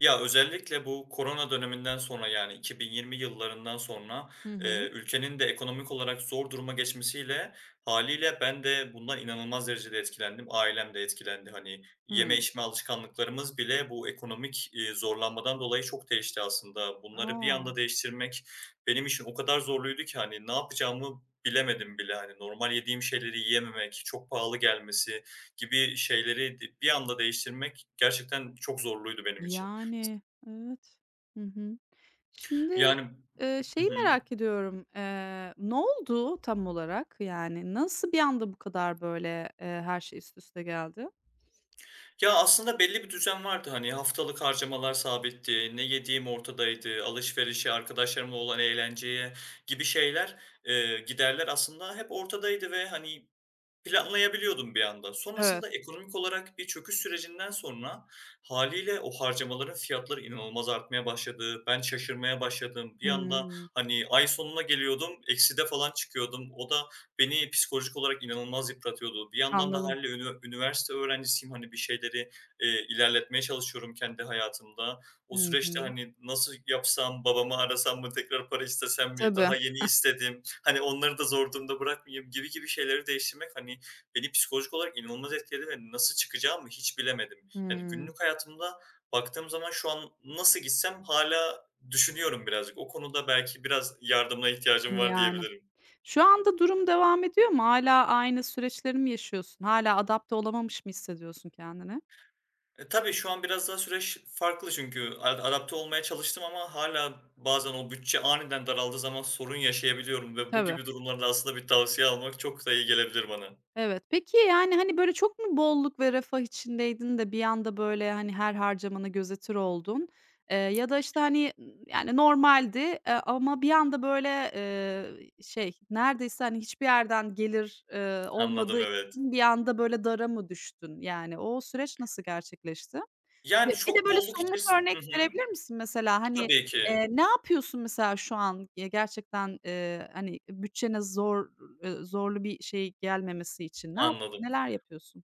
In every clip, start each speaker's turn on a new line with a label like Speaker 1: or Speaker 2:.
Speaker 1: Ya, özellikle bu korona döneminden sonra, yani 2020 yıllarından sonra,
Speaker 2: Hı hı.
Speaker 1: ülkenin de ekonomik olarak zor duruma geçmesiyle haliyle ben de bundan inanılmaz derecede etkilendim. Ailem de etkilendi. Hani, yeme
Speaker 2: Hıı.
Speaker 1: içme alışkanlıklarımız bile bu ekonomik, zorlanmadan dolayı çok değişti aslında. Bunları bir
Speaker 2: A!
Speaker 1: anda değiştirmek benim için o kadar zorluydu ki, hani, ne yapacağımı bilemedim bile. Hani, normal yediğim şeyleri yiyememek, çok pahalı gelmesi gibi şeyleri bir anda değiştirmek gerçekten çok zorluydu benim için.
Speaker 2: Yani, evet. Hı hı. Şimdi,
Speaker 1: Yani. Hı
Speaker 2: şeyi
Speaker 1: hı.
Speaker 2: merak ediyorum, ne oldu tam olarak? Yani nasıl bir anda bu kadar böyle, her şey üst üste geldi?
Speaker 1: Ya, aslında belli bir düzen vardı. Hani, haftalık harcamalar sabitti, ne yediğim ortadaydı, alışverişe, arkadaşlarımla olan eğlenceye gibi şeyler, giderler aslında hep ortadaydı ve, hani, planlayabiliyordum bir anda.
Speaker 2: Evet.
Speaker 1: Sonrasında ekonomik olarak bir çöküş sürecinden sonra hâliyle o harcamaların fiyatları inanılmaz artmaya başladı. Ben şaşırmaya başladım. Bir anda,
Speaker 2: Hımm.
Speaker 1: hani, ay sonuna geliyordum, ekside falan çıkıyordum. O da beni psikolojik olarak inanılmaz yıpratıyordu. Bir yandan da
Speaker 2: Anladım.
Speaker 1: hâliyle üniversite öğrencisiyim. Hani, bir şeyleri, ilerletmeye çalışıyorum kendi hayatımda. O
Speaker 2: Hı
Speaker 1: süreçte,
Speaker 2: hı.
Speaker 1: hani, nasıl yapsam, babamı arasam mı, tekrar para istesem mi,
Speaker 2: Tabii.
Speaker 1: daha yeni istedim. Hani onları da zor durumda bırakmayayım gibi gibi şeyleri değiştirmek, hani, beni psikolojik olarak inanılmaz etkiledi ve nasıl çıkacağımı hiç bilemedim. Yani
Speaker 2: Hımm.
Speaker 1: günlük hayatımda baktığım zaman şu an nasıl gitsem hâlâ düşünüyorum birazcık. O konuda belki biraz yardımına ihtiyacım var
Speaker 2: Yani.
Speaker 1: diyebilirim.
Speaker 2: Şu anda durum devam ediyor mu? Hâlâ aynı süreçleri mi yaşıyorsun? Hâlâ adapte olamamış mı hissediyorsun kendini?
Speaker 1: E, tabii şu an biraz daha süreç farklı çünkü adapte olmaya çalıştım ama hâlâ bazen o bütçe aniden daraldığı zaman sorun yaşayabiliyorum ve bu
Speaker 2: Tabii.
Speaker 1: gibi durumlarda aslında bir tavsiye almak çok da iyi gelebilir bana.
Speaker 2: Evet. Peki, yani, hani, böyle, çok mu bolluk ve refah içindeydin de bir anda, böyle, hani, her harcamanı gözetir oldun? Ya da, işte, hani, yani, normaldi, ama bir anda, böyle, şey, neredeyse, hani, hiçbir yerden gelir,
Speaker 1: Anladım,
Speaker 2: olmadığı için
Speaker 1: evet.
Speaker 2: bir anda, böyle, dara mı düştün? Yani, o süreç nasıl gerçekleşti?
Speaker 1: Yani
Speaker 2: Bir de
Speaker 1: çok
Speaker 2: böyle
Speaker 1: bolluk
Speaker 2: somut örnek
Speaker 1: Hı hı.
Speaker 2: verebilir misin mesela? Hani,
Speaker 1: Tabii ki.
Speaker 2: ne yapıyorsun mesela şu an, gerçekten, hani, bütçene zorlu bir şey gelmemesi için? Ne yap
Speaker 1: Anladım.
Speaker 2: Neler yapıyorsun?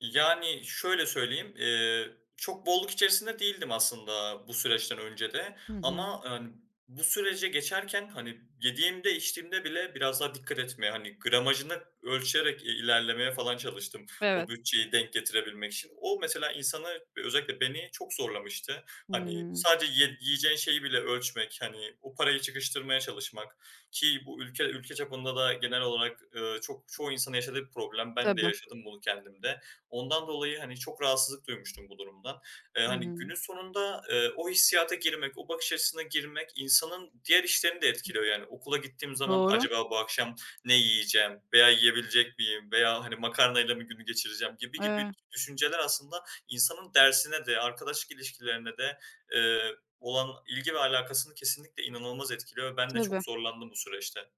Speaker 1: Yani, şöyle söyleyeyim, çok bolluk içerisinde değildim aslında bu süreçten önce de
Speaker 2: Hı hı.
Speaker 1: ama, hani, bu sürece geçerken, hani, yediğimde, içtiğimde bile biraz daha dikkat etmeye, hani, gramajını ölçerek, ilerlemeye falan çalıştım o
Speaker 2: Evet.
Speaker 1: bütçeyi denk getirebilmek için. O mesela insanı ve özellikle beni çok zorlamıştı. Hani,
Speaker 2: Hımm.
Speaker 1: sadece yiyeceğin şeyi bile ölçmek, hani, o parayı çıkıştırmaya çalışmak ki bu ülke çapında da genel olarak, çok çoğu insanın yaşadığı bir problem. Ben de
Speaker 2: Tabii.
Speaker 1: yaşadım bunu kendimde. Ondan dolayı, hani, çok rahatsızlık duymuştum bu durumdan.
Speaker 2: Hı
Speaker 1: Hani,
Speaker 2: hı.
Speaker 1: günün sonunda, o hissiyata girmek, o bakış açısına girmek insanın diğer işlerini de etkiliyor. Yani okula gittiğim zaman
Speaker 2: Doğru.
Speaker 1: acaba bu akşam ne yiyeceğim veya yiyebilecek miyim veya, hani, makarnayla mı günü geçireceğim gibi gibi
Speaker 2: Eee,
Speaker 1: düşünceler aslında insanın dersine de arkadaşlık ilişkilerine de, olan ilgi ve alakasını kesinlikle inanılmaz etkiliyor ve ben de
Speaker 2: tabii.
Speaker 1: çok zorlandım bu süreçte.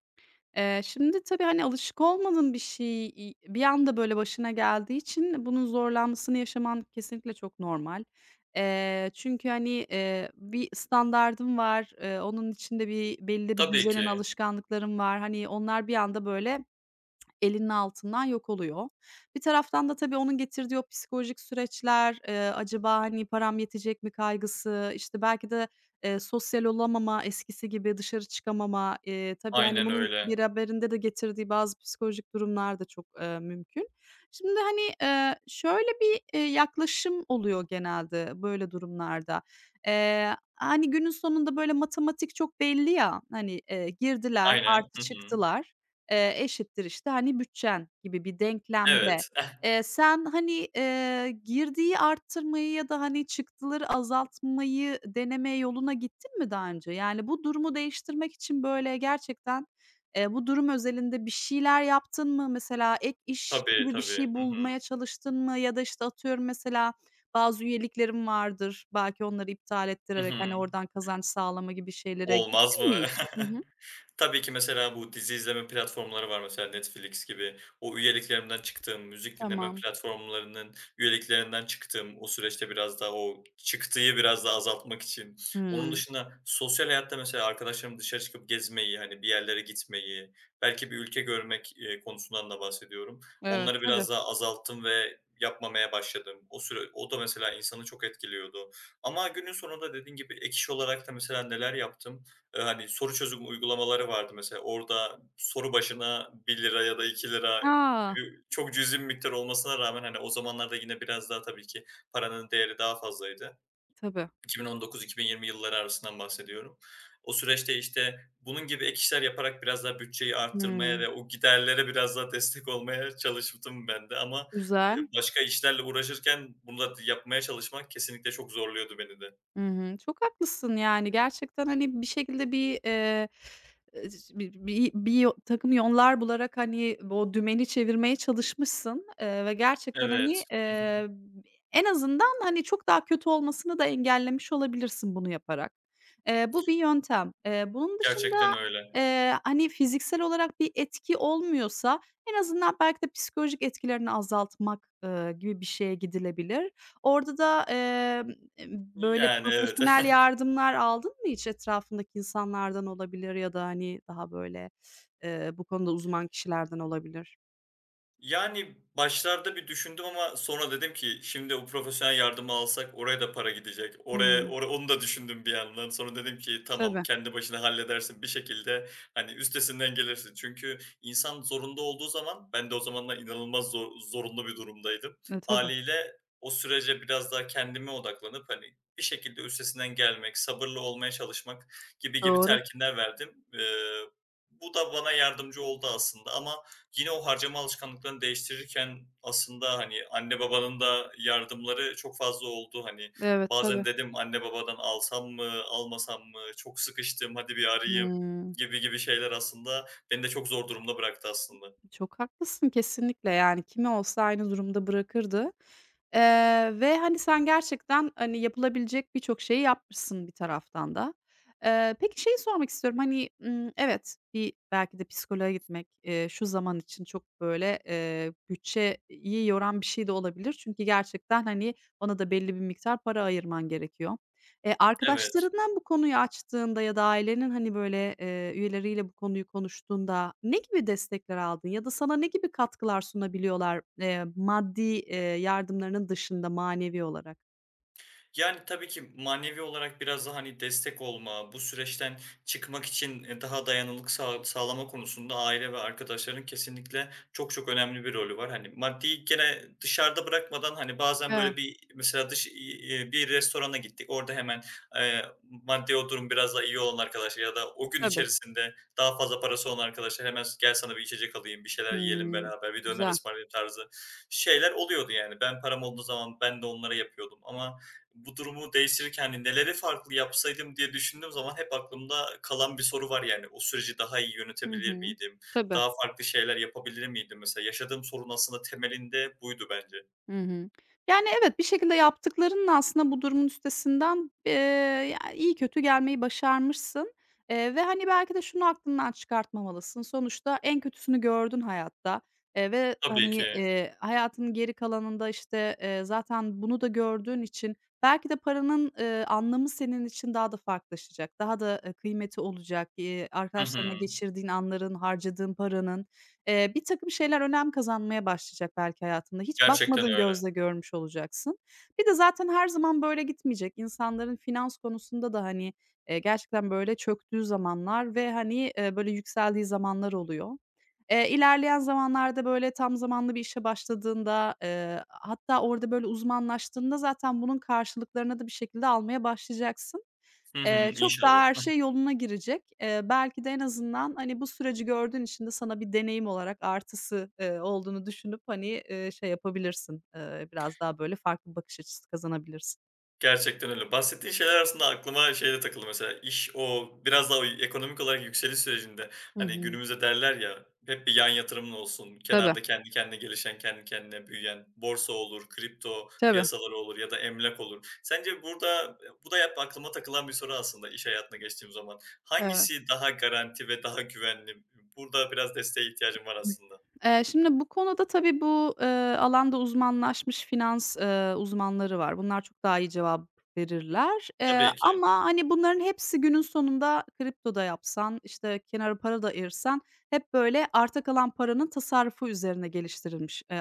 Speaker 2: Şimdi tabii, hani, alışık olmadığın bir şey, bir anda böyle başına geldiği için bunun zorlanmasını yaşaman kesinlikle çok normal. Çünkü, hani, bir standardın var, onun içinde bir belli bir
Speaker 1: Tabii
Speaker 2: düzenin,
Speaker 1: ki.
Speaker 2: alışkanlıkların var. Hani, onlar bir anda böyle elinin altından yok oluyor. Bir taraftan da tabii onun getirdiği o psikolojik süreçler, acaba, hani, param yetecek mi kaygısı, işte, belki de, sosyal olamama, eskisi gibi dışarı çıkamama, tabii, hani,
Speaker 1: Aynen
Speaker 2: bunun
Speaker 1: öyle.
Speaker 2: beraberinde de getirdiği bazı psikolojik durumlar da çok, mümkün. Şimdi, hani, şöyle bir, yaklaşım oluyor genelde böyle durumlarda. Hani, günün sonunda böyle matematik çok belli ya, hani, girdiler
Speaker 1: Aynen.
Speaker 2: artı
Speaker 1: Hı hı.
Speaker 2: çıktılar. Eşittir, işte, hani, bütçen gibi bir denklemde.
Speaker 1: Evet.
Speaker 2: Sen, hani, girdiyi arttırmayı ya da, hani, çıktıları azaltmayı deneme yoluna gittin mi daha önce? Yani, bu durumu değiştirmek için, böyle, gerçekten, bu durum özelinde bir şeyler yaptın mı? Mesela ek iş
Speaker 1: Tabii,
Speaker 2: gibi bir
Speaker 1: tabii.
Speaker 2: şey
Speaker 1: Hı hı.
Speaker 2: bulmaya çalıştın mı? Ya da, işte, atıyorum, mesela bazı üyeliklerin vardır. Belki onları iptal
Speaker 1: Hı
Speaker 2: ettirerek,
Speaker 1: hı.
Speaker 2: hani, oradan kazanç sağlama gibi şeylere
Speaker 1: Olmaz
Speaker 2: gittin
Speaker 1: mı?
Speaker 2: mi hiç? Hı hı.
Speaker 1: Tabii ki mesela bu dizi izleme platformları var mesela Netflix gibi. O üyeliklerimden çıktığım, müzik dinleme
Speaker 2: Tamam.
Speaker 1: platformlarının üyeliklerinden çıktığım, o süreçte biraz daha o çıktıyı biraz daha azaltmak için. Onun
Speaker 2: Hımm.
Speaker 1: dışında sosyal hayatta mesela arkadaşlarım dışarı çıkıp gezmeyi, hani bir yerlere gitmeyi, belki bir ülke görmek, konusundan da bahsediyorum.
Speaker 2: Evet,
Speaker 1: Onları
Speaker 2: tabii.
Speaker 1: biraz daha azalttım ve yapmamaya başladım. O süre o da mesela insanı çok etkiliyordu. Ama günün sonunda dediğin gibi ek iş olarak da mesela neler yaptım? Hani, soru çözüm uygulamaları vardı mesela. Orada soru başına bir lira ya da ₺2 TL
Speaker 2: A!
Speaker 1: gibi çok cüzi bir miktar olmasına rağmen, hani, o zamanlarda yine biraz daha tabii ki paranın değeri daha fazlaydı.
Speaker 2: Tabii.
Speaker 1: 2019-2020 yılları arasından bahsediyorum. O süreçte, işte, bunun gibi ek işler yaparak biraz daha bütçeyi arttırmaya
Speaker 2: Hımm.
Speaker 1: ve o giderlere biraz daha destek olmaya çalıştım ben de ama,
Speaker 2: Güzel.
Speaker 1: başka işlerle uğraşırken bunu da yapmaya çalışmak kesinlikle çok zorluyordu beni de.
Speaker 2: Hı hı. Çok haklısın, yani, gerçekten, hani, bir şekilde bir, eee, bi bi bir takım yollar bularak, hani, o dümeni çevirmeye çalışmışsın, ve gerçekten, hani,
Speaker 1: Evet. Hı hı.
Speaker 2: en azından, hani, çok daha kötü olmasını da engellemiş olabilirsin bunu yaparak. Bu bir yöntem. Bunun dışında,
Speaker 1: Gerçekten öyle.
Speaker 2: hani, fiziksel olarak bir etki olmuyorsa en azından belki de psikolojik etkilerini azaltmak, gibi bir şeye gidilebilir. Orada da, böyle
Speaker 1: Yani, evet.
Speaker 2: profesyonel yardımlar aldın mı hiç etrafındaki insanlardan olabilir ya da, hani, daha böyle, bu konuda uzman kişilerden olabilir?
Speaker 1: Yani, başlarda bir düşündüm ama sonra dedim ki, "Şimdi o profesyonel yardımı alsak oraya da para gidecek." Oraya
Speaker 2: Hımm.
Speaker 1: onu da düşündüm bir yandan. Sonra dedim ki, "Tamam,
Speaker 2: Tabii.
Speaker 1: kendi başına halledersin bir şekilde, hani, üstesinden gelirsin." Çünkü insan zorunda olduğu zaman ben de o zamanlar inanılmaz zorunlu bir durumdaydım.
Speaker 2: E, tabii.
Speaker 1: Haliyle o sürece biraz daha kendime odaklanıp, hani, bir şekilde üstesinden gelmek, sabırlı olmaya çalışmak gibi gibi
Speaker 2: Doğru.
Speaker 1: telkinler verdim. Bu da bana yardımcı oldu aslında ama yine o harcama alışkanlıklarını değiştirirken aslında, hani, anne babanın da yardımları çok fazla oldu. Hani,
Speaker 2: Evet,
Speaker 1: bazen
Speaker 2: tabii.
Speaker 1: dedim, anne babadan alsam mı, almasam mı, çok sıkıştım, hadi bir arayayım
Speaker 2: Hıı.
Speaker 1: gibi gibi şeyler aslında beni de çok zor durumda bıraktı aslında.
Speaker 2: Çok haklısın kesinlikle, yani, kimi olsa aynı durumda bırakırdı. Ve, hani, sen gerçekten, hani, yapılabilecek birçok şeyi yapmışsın bir taraftan da. Peki şeyi sormak istiyorum, hani, evet, bir belki de psikoloğa gitmek, şu zaman için çok, böyle, bütçeyi yoran bir şey de olabilir. Çünkü gerçekten, hani, ona da belli bir miktar para ayırman gerekiyor.
Speaker 1: Evet.
Speaker 2: Arkadaşlarından bu konuyu açtığında ya da ailenin, hani, böyle, üyeleriyle bu konuyu konuştuğunda ne gibi destekler aldın ya da sana ne gibi katkılar sunabiliyorlar, maddi, yardımlarının dışında manevi olarak?
Speaker 1: Yani, tabii ki manevi olarak biraz daha, hani, destek olma, bu süreçten çıkmak için, daha dayanıklılık sağlama konusunda aile ve arkadaşların kesinlikle çok çok önemli bir rolü var. Hani, maddeyi gene dışarıda bırakmadan, hani, bazen
Speaker 2: Evet,
Speaker 1: böyle bir mesela bir restorana gittik, orada hemen, maddi o durum biraz daha iyi olan arkadaşlar ya da o gün
Speaker 2: tabii.
Speaker 1: içerisinde daha fazla parası olan arkadaşlar hemen "Gel sana bir içecek alayım, bir şeyler yiyelim
Speaker 2: Hımm,
Speaker 1: beraber, bir döner
Speaker 2: güzel.
Speaker 1: ısmarlayayım." tarzı şeyler oluyordu yani. Ben param olduğu zaman ben de onlara yapıyordum ama bu durumu değiştirirken, hani, neleri farklı yapsaydım diye düşündüğüm zaman hep aklımda kalan bir soru var, yani. O süreci daha iyi
Speaker 2: Hı
Speaker 1: yönetebilir
Speaker 2: hı.
Speaker 1: miydim?
Speaker 2: Tabii.
Speaker 1: Daha farklı şeyler yapabilir miydim? Mesela yaşadığım sorun aslında temelinde buydu bence.
Speaker 2: Hı hı. Yani, evet, bir şekilde yaptıklarının aslında bu durumun üstesinden, ya, iyi kötü gelmeyi başarmışsın, ve, hani, belki de şunu aklından çıkartmamalısın. Sonuçta en kötüsünü gördün hayatta, ve,
Speaker 1: Tabii
Speaker 2: hani,
Speaker 1: ki.
Speaker 2: hayatının geri kalanında, işte, zaten bunu da gördüğün için belki de paranın, anlamı senin için daha da farklılaşacak. Daha da, kıymeti olacak.
Speaker 1: Hı
Speaker 2: Arkadaşlarınla
Speaker 1: hı.
Speaker 2: geçirdiğin anların, harcadığın paranın. Birtakım şeyler önem kazanmaya başlayacak belki hayatında. Hiç
Speaker 1: Gerçekten
Speaker 2: bakmadığın
Speaker 1: öyle.
Speaker 2: gözle görmüş olacaksın. Bir de zaten her zaman böyle gitmeyecek. İnsanların finans konusunda da, hani, gerçekten böyle çöktüğü zamanlar ve, hani, böyle yükseldiği zamanlar oluyor. İlerleyen zamanlarda böyle tam zamanlı bir işe başladığında, hatta orada böyle uzmanlaştığında zaten bunun karşılıklarını da bir şekilde almaya başlayacaksın.
Speaker 1: Hı hı.
Speaker 2: Çok daha
Speaker 1: İnşallah.
Speaker 2: her şey yoluna girecek. Belki de en azından, hani, bu süreci gördüğün için de sana bir deneyim olarak artısı, olduğunu düşünüp, hani, şey yapabilirsin, biraz daha böyle farklı bir bakış açısı kazanabilirsin.
Speaker 1: Gerçekten öyle. Bahsettiğin şeyler arasında aklıma şey de takıldı mesela, o biraz daha o ekonomik olarak yükseliş sürecinde,
Speaker 2: Hı
Speaker 1: hani,
Speaker 2: hı.
Speaker 1: günümüzde derler ya, hep bir yan yatırımın olsun,
Speaker 2: Tabii,
Speaker 1: kenarda kendi kendine gelişen, kendi kendine büyüyen, borsa olur, kripto
Speaker 2: tabii.
Speaker 1: piyasaları olur ya da emlak olur. Sence burada bu da hep aklıma takılan bir soru aslında iş hayatına geçtiğim zaman.
Speaker 2: Evet.
Speaker 1: Hangisi daha garanti ve daha güvenli? Burada biraz desteğe ihtiyacım var aslında.
Speaker 2: Şimdi bu konuda tabii bu, alanda uzmanlaşmış finans, uzmanları var. Bunlar çok daha iyi cevap verirler.
Speaker 1: Tabii ki.
Speaker 2: Ama, hani, bunların hepsi günün sonunda kripto da yapsan, işte, kenara para da ayırsan hep böyle arta kalan paranın tasarrufu üzerine geliştirilmiş,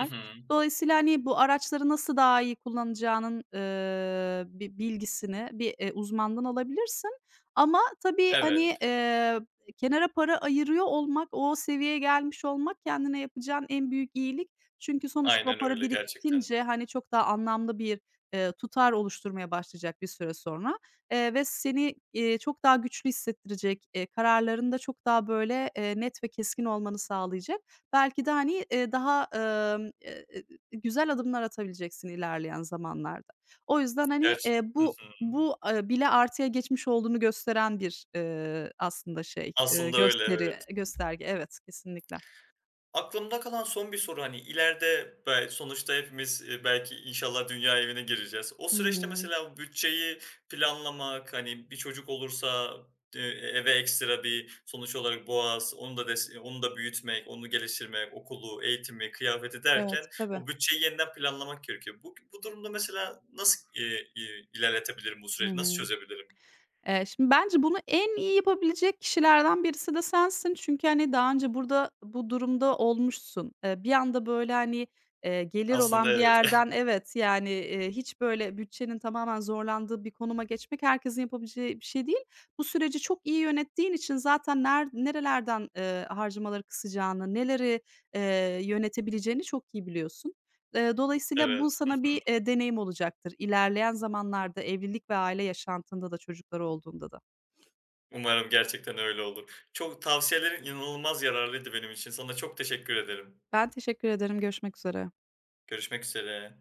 Speaker 1: Hı hı.
Speaker 2: Dolayısıyla, hani, bu araçları nasıl daha iyi kullanacağının, bilgisini bir, uzmandan alabilirsin ama tabii,
Speaker 1: Evet,
Speaker 2: hani, kenara para ayırıyor olmak, o seviyeye gelmiş olmak kendine yapacağın en büyük iyilik. Çünkü sonuçta o
Speaker 1: aynen
Speaker 2: para
Speaker 1: öyle gerçekten.
Speaker 2: birikince, hani, çok daha anlamlı bir, tutar oluşturmaya başlayacak bir süre sonra, ve seni, çok daha güçlü hissettirecek, kararlarında çok daha, böyle, net ve keskin olmanı sağlayacak. Belki de, hani, daha, güzel adımlar atabileceksin ilerleyen zamanlarda. O yüzden, hani,
Speaker 1: Gerçi. Hı hı.
Speaker 2: bu, bile artıya geçmiş olduğunu gösteren bir, aslında şey,
Speaker 1: Aslında öyle, evet.
Speaker 2: gösterge. Evet, kesinlikle.
Speaker 1: Aklımda kalan son bir soru, hani, ileride sonuçta hepimiz, belki inşallah dünya evine gireceğiz. O
Speaker 2: Hı
Speaker 1: süreçte
Speaker 2: hı.
Speaker 1: mesela bütçeyi planlamak, hani, bir çocuk olursa, eee, eve ekstra bir sonuç olarak boğaz, onu da onu da büyütmek, onu geliştirmek, okulu, eğitimi, kıyafeti
Speaker 2: Evet,
Speaker 1: derken
Speaker 2: tabii.
Speaker 1: o bütçeyi yeniden planlamak gerekiyor. Bu durumda mesela nasıl, ilerletebilirim bu
Speaker 2: Hı
Speaker 1: süreci? Nasıl
Speaker 2: hı.
Speaker 1: çözebilirim?
Speaker 2: Şimdi bence bunu en iyi yapabilecek kişilerden birisi de sensin. Çünkü, hani, daha önce burada bu durumda olmuşsun. Bir anda, böyle, hani, gelir
Speaker 1: Aslında
Speaker 2: olan bir
Speaker 1: evet.
Speaker 2: yerden evet, yani, hiç, böyle, bütçenin tamamen zorlandığı bir konuma geçmek herkesin yapabileceği bir şey değil. Bu süreci çok iyi yönettiğin için zaten nerelerden, harcamaları kısacağını, neleri, yönetebileceğini çok iyi biliyorsun. Dolayısıyla bu
Speaker 1: Evet.
Speaker 2: sana bir, deneyim olacaktır ilerleyen zamanlarda evlilik ve aile yaşantında da çocukları olduğunda da.
Speaker 1: Umarım gerçekten öyle olur. Çok tavsiyelerin inanılmaz yararlıydı benim için. Sana çok teşekkür ederim.
Speaker 2: Ben teşekkür ederim. Görüşmek üzere.
Speaker 1: Görüşmek üzere.